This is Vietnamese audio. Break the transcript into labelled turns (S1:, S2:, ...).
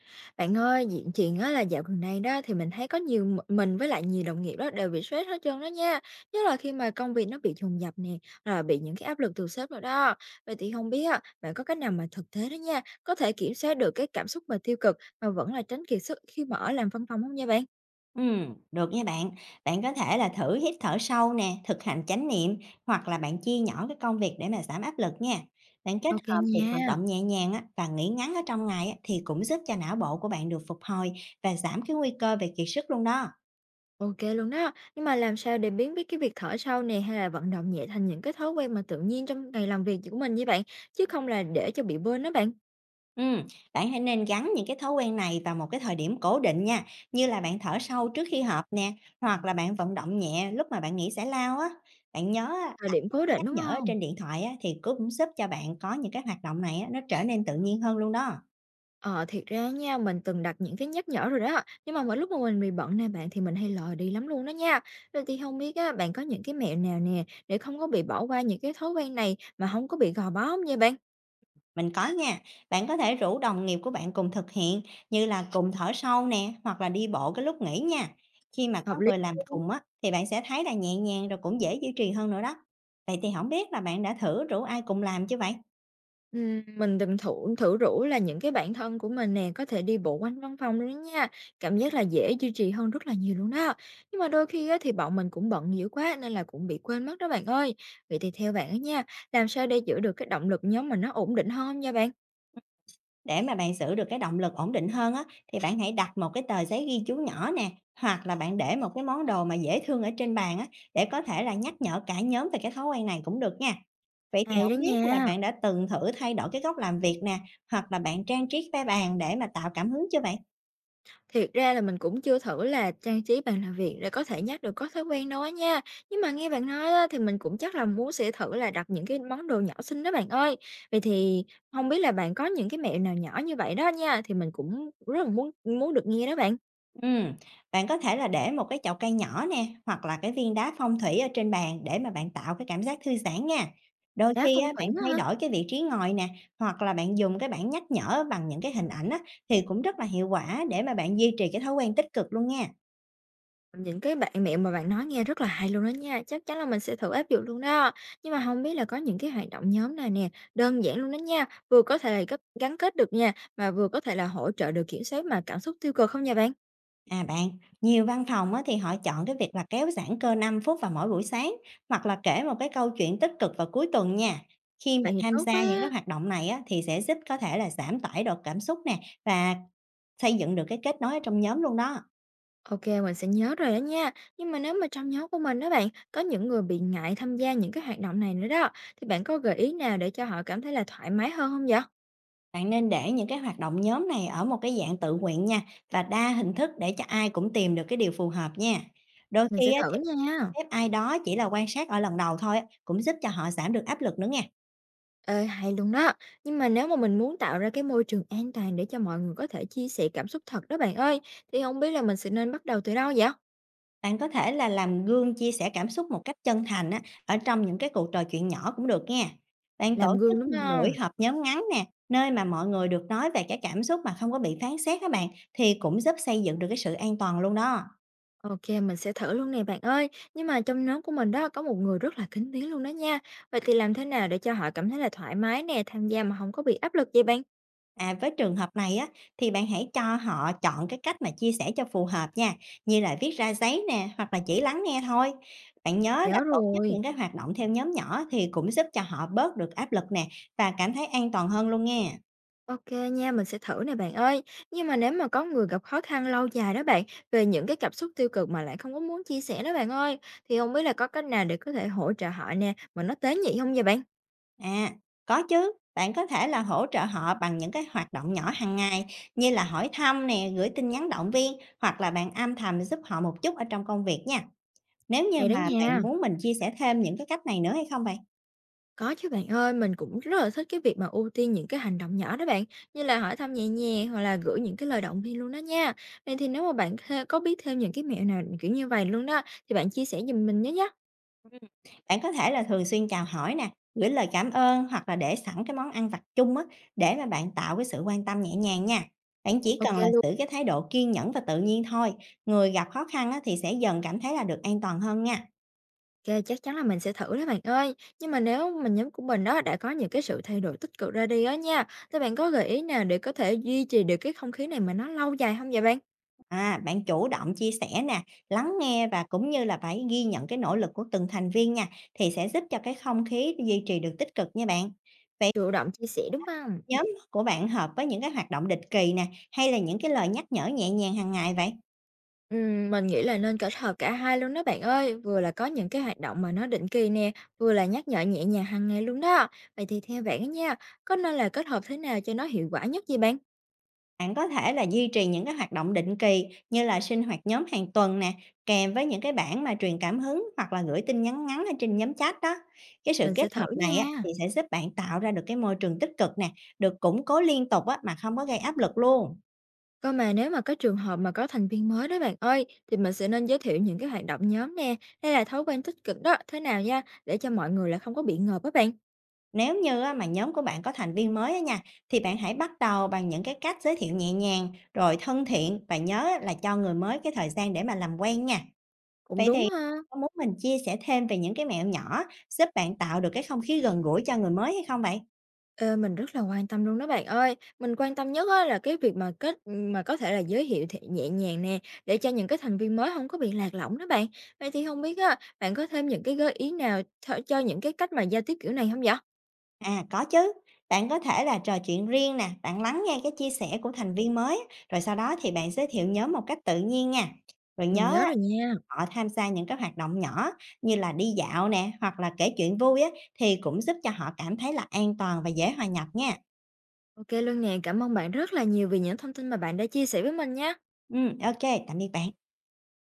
S1: Bạn ơi, diện chuyện á là dạo gần đây đó thì mình thấy có nhiều mình với lại nhiều đồng nghiệp đó đều bị stress hết trơn đó nha, nhất là khi mà công việc nó bị dồn dập nè, rồi bị những cái áp lực từ sếp nữa đó. Vậy thì không biết á, bạn có cách nào mà thực tế đó nha, có thể kiểm soát được cái cảm xúc mà tiêu cực mà vẫn là tránh kiệt sức khi mà ở làm văn phòng không nha bạn?
S2: Được nha bạn. Bạn có thể là thử hít thở sâu nè, thực hành chánh niệm, hoặc là bạn chia nhỏ cái công việc để mà giảm áp lực nha. Bạn kết
S1: OK
S2: hợp việc vận
S1: nha.
S2: động nhẹ nhàng á, và nghỉ ngắn ở trong ngày á, thì cũng giúp cho não bộ của bạn được phục hồi và giảm cái nguy cơ về kiệt sức luôn đó.
S1: OK luôn đó. Nhưng mà làm sao để biến cái việc thở sâu nè, hay là vận động nhẹ thành những cái thói quen mà tự nhiên trong ngày làm việc của mình với bạn? Chứ không là để cho bị quên đó bạn.
S2: Ừm, bạn hãy nên gắn những cái thói quen này vào một cái thời điểm cố định nha, như là bạn thở sâu trước khi họp nè, hoặc là bạn vận động nhẹ lúc mà bạn nghỉ giải lao á. Bạn nhớ á,
S1: Thời
S2: đặt
S1: điểm cố
S2: cái
S1: định,
S2: nhắc
S1: đúng
S2: nhở ở
S1: không?
S2: trên điện thoại á, thì cũng giúp cho bạn có những cái hoạt động này á, nó trở nên tự nhiên hơn luôn đó.
S1: Ờ, thiệt ra nha, mình từng đặt những cái nhắc nhở rồi đó, nhưng mà mỗi lúc mà mình bị bận nè bạn thì mình hay lờ đi lắm luôn đó nha. Vậy thì không biết á, bạn có những cái mẹo nào nè để không có bị bỏ qua những cái thói quen này mà không có bị gò bó hông nha bạn?
S2: Mình có nha, bạn có thể rủ đồng nghiệp của bạn cùng thực hiện, như là cùng thở sâu nè, hoặc là đi bộ cái lúc nghỉ nha. Khi mà có
S1: Hợp lý
S2: người làm
S1: luôn.
S2: cùng á, thì bạn sẽ thấy là nhẹ nhàng, rồi cũng dễ duy trì hơn nữa đó. Vậy thì không biết là bạn đã thử rủ ai cùng làm chưa vậy?
S1: Mình từng thử thử rủ là những cái bạn thân của mình nè có thể đi bộ quanh văn phòng luôn đó nha, cảm giác là dễ duy trì hơn rất là nhiều luôn đó. Nhưng mà đôi khi á, thì bọn mình cũng bận dữ quá nên là cũng bị quên mất đó bạn ơi. Vậy thì theo bạn á nha, làm sao để giữ được cái động lực nhóm mình nó ổn định hơn nha bạn?
S2: Để mà bạn giữ được cái động lực ổn định hơn á, thì bạn hãy đặt một cái tờ giấy ghi chú nhỏ nè, hoặc là bạn để một cái món đồ mà dễ thương ở trên bàn á, để có thể là nhắc nhở cả nhóm về cái thói quen này cũng được nha. Vậy thì
S1: Hay đó
S2: không biết là
S1: nha.
S2: bạn đã từng thử thay đổi cái góc làm việc nè, hoặc là bạn trang trí cái bàn để mà tạo cảm hứng chưa bạn?
S1: Thiệt ra là mình cũng chưa thử là trang trí bàn làm việc để có thể nhắc được có thói quen nói nha. Nhưng mà nghe bạn nói á, thì mình cũng chắc là muốn sẽ thử là đặt những cái món đồ nhỏ xinh đó bạn ơi. Vậy thì không biết là bạn có những cái mẹo nào nhỏ như vậy đó nha. Thì mình cũng rất là muốn muốn được nghe đó bạn.
S2: Ừm, bạn có thể là để một cái chậu cây nhỏ nè, hoặc là cái viên đá phong thủy ở trên bàn để mà bạn tạo cái cảm giác thư giãn nha. Đôi
S1: Đá
S2: khi á,
S1: phong
S2: bạn
S1: thủy đó
S2: thay
S1: hả?
S2: đổi cái vị trí ngồi nè, hoặc là bạn dùng cái bảng nhắc nhở bằng những cái hình ảnh á, thì cũng rất là hiệu quả để mà bạn duy trì cái thói quen tích cực luôn nha.
S1: Những cái bạn mẹo mà bạn nói nghe rất là hay luôn đó nha, chắc chắn là mình sẽ thử áp dụng luôn đó. Nhưng mà không biết là có những cái hoạt động nhóm này nè, đơn giản luôn đó nha, vừa có thể là gắn kết được nha, mà vừa có thể là hỗ trợ được kiểm soát mà cảm xúc tiêu cực không nha bạn?
S2: À bạn, nhiều văn phòng á, thì họ chọn cái việc là kéo giãn cơ 5 phút vào mỗi buổi sáng, hoặc là kể một cái câu chuyện tích cực vào cuối tuần nha. Khi mà
S1: Vậy thì
S2: tham
S1: tốt
S2: gia những
S1: quá!
S2: cái hoạt động này á, thì sẽ giúp có thể là giảm tải được cảm xúc nè, và xây dựng được cái kết nối ở trong nhóm luôn đó.
S1: OK, mình sẽ nhớ rồi đó nha. Nhưng mà nếu mà trong nhóm của mình đó bạn, có những người bị ngại tham gia những cái hoạt động này nữa đó, thì bạn có gợi ý nào để cho họ cảm thấy là thoải mái hơn không vậy?
S2: Bạn nên để những cái hoạt động nhóm này ở một cái dạng tự nguyện nha, và đa hình thức để cho ai cũng tìm được cái điều phù hợp nha. Đôi
S1: Mình
S2: khi
S1: sẽ
S2: á,
S1: thử
S2: thì cho
S1: nha.
S2: phép ai đó chỉ là quan sát ở lần đầu thôi á, cũng giúp cho họ giảm được áp lực nữa nha.
S1: Ê, hay luôn đó. Nhưng mà nếu mà mình muốn tạo ra cái môi trường an toàn để cho mọi người có thể chia sẻ cảm xúc thật đó bạn ơi, thì không biết là mình sẽ nên bắt đầu từ đâu vậy?
S2: Bạn có thể là làm gương chia sẻ cảm xúc một cách chân thành á, ở trong những cái cuộc trò chuyện nhỏ cũng được nha. Bạn tổ
S1: Làm
S2: chức
S1: gương đúng
S2: buổi
S1: không?
S2: họp nhóm ngắn nè, nơi mà mọi người được nói về cái cảm xúc mà không có bị phán xét các bạn, thì cũng giúp xây dựng được cái sự an toàn luôn đó.
S1: OK, mình sẽ thử luôn nè bạn ơi. Nhưng mà trong nhóm của mình đó có một người rất là kín tiếng luôn đó nha. Vậy thì làm thế nào để cho họ cảm thấy là thoải mái nè, tham gia mà không có bị áp lực vậy bạn?
S2: À, với trường hợp này á, thì bạn hãy cho họ chọn cái cách mà chia sẻ cho phù hợp nha, như là viết ra giấy nè, hoặc là chỉ lắng nghe thôi. Bạn nhớ là
S1: Nhớ
S2: tổ chức
S1: rồi.
S2: những cái hoạt động theo nhóm nhỏ thì cũng giúp cho họ bớt được áp lực nè, và cảm thấy an toàn hơn luôn nghe.
S1: OK nha, mình sẽ thử nè bạn ơi. Nhưng mà nếu mà có người gặp khó khăn lâu dài đó bạn, về những cái cảm xúc tiêu cực mà lại không có muốn chia sẻ đó bạn ơi, thì không biết là có cách nào để có thể hỗ trợ họ nè, mà nó tế nhị không vậy bạn?
S2: À, có chứ, bạn có thể là hỗ trợ họ bằng những cái hoạt động nhỏ hàng ngày, như là hỏi thăm nè, gửi tin nhắn động viên, hoặc là bạn âm thầm giúp họ một chút ở trong công việc nha. Nếu như
S1: Hay đó
S2: mà bạn
S1: nha.
S2: muốn mình chia sẻ thêm những cái cách này nữa hay không vậy?
S1: Có chứ bạn ơi, mình cũng rất là thích cái việc mà ưu tiên những cái hành động nhỏ đó bạn, như là hỏi thăm nhẹ nhàng hoặc là gửi những cái lời động viên luôn đó nha. Vậy thì nếu mà bạn có biết thêm những cái mẹo nào kiểu như vậy luôn đó, thì bạn chia sẻ giùm mình nhé nhé.
S2: Ừm, bạn có thể là thường xuyên chào hỏi nè, gửi lời cảm ơn, hoặc là để sẵn cái món ăn vặt chung á, để mà bạn tạo cái sự quan tâm nhẹ nhàng nha. Bạn chỉ
S1: OK
S2: cần là
S1: luôn.
S2: giữ cái thái độ kiên nhẫn và tự nhiên thôi, người gặp khó khăn á, thì sẽ dần cảm thấy là được an toàn hơn nha.
S1: Kê, chắc chắn là mình sẽ thử đó bạn ơi. Nhưng mà nếu mà nhóm của mình đó đã có những cái sự thay đổi tích cực ra đi á nha, thì bạn có gợi ý nào để có thể duy trì được cái không khí này mà nó lâu dài không vậy bạn?
S2: À, bạn chủ động chia sẻ nè, lắng nghe và cũng như là phải ghi nhận cái nỗ lực của từng thành viên nha, thì sẽ giúp cho cái không khí duy trì được tích cực nha bạn. Vậy
S1: Chủ động chia sẻ, đúng không?
S2: nhóm của bạn hợp với những cái hoạt động định kỳ nè, hay là những cái lời nhắc nhở nhẹ nhàng hàng ngày vậy?
S1: Mình nghĩ là nên kết hợp cả hai luôn đó bạn ơi, vừa là có những cái hoạt động mà nó định kỳ nè, vừa là nhắc nhở nhẹ nhàng hàng ngày luôn đó. Vậy thì theo bạn á nha, có nên là kết hợp thế nào cho nó hiệu quả nhất vậy bạn?
S2: Bạn có thể là duy trì những cái hoạt động định kỳ, như là sinh hoạt nhóm hàng tuần nè, kèm với những cái bảng mà truyền cảm hứng, hoặc là gửi tin nhắn ngắn ở trên nhóm chat đó. Cái sự
S1: Mình
S2: kết
S1: sẽ thử
S2: hợp này á,
S1: nha.
S2: thì sẽ giúp bạn tạo ra được cái môi trường tích cực nè, được củng cố liên tục á, mà không có gây áp lực luôn.
S1: Cơ mà nếu mà có trường hợp mà có thành viên mới đó bạn ơi, thì mình sẽ nên giới thiệu những cái hoạt động nhóm nè, hay là thói quen tích cực đó, thế nào nha, để cho mọi người là không có bị ngợp á bạn.
S2: Nếu như á, mà nhóm của bạn có thành viên mới á nha, thì bạn hãy bắt đầu bằng những cái cách giới thiệu nhẹ nhàng, rồi thân thiện và nhớ á, là cho người mới cái thời gian để mà làm quen nha.
S1: Cũng
S2: Vậy
S1: đúng
S2: thì
S1: ha.
S2: có muốn mình chia sẻ thêm về những cái mẹo nhỏ giúp bạn tạo được cái không khí gần gũi cho người mới hay không vậy?
S1: Ờ, mình rất là quan tâm luôn đó bạn ơi. Mình quan tâm nhất á, là cái việc mà có thể là giới thiệu thì nhẹ nhàng nè, để cho những cái thành viên mới không có bị lạc lõng đó bạn. Vậy thì không biết á, bạn có thêm những cái gợi ý nào cho những cái cách mà giao tiếp kiểu này không vậy?
S2: À, có chứ. Bạn có thể là trò chuyện riêng nè, bạn lắng nghe cái chia sẻ của thành viên mới, rồi sau đó thì bạn giới thiệu nhóm một cách tự nhiên nha. Rồi
S1: Mình
S2: nhớ
S1: nhớ
S2: á,
S1: rồi nha.
S2: họ tham gia những cái hoạt động nhỏ như là đi dạo nè, hoặc là kể chuyện vui á, thì cũng giúp cho họ cảm thấy là an toàn và dễ hòa nhập nha.
S1: OK luôn nè, cảm ơn bạn rất là nhiều vì những thông tin mà bạn đã chia sẻ với mình nha.
S2: Ừ, ok, tạm biệt bạn.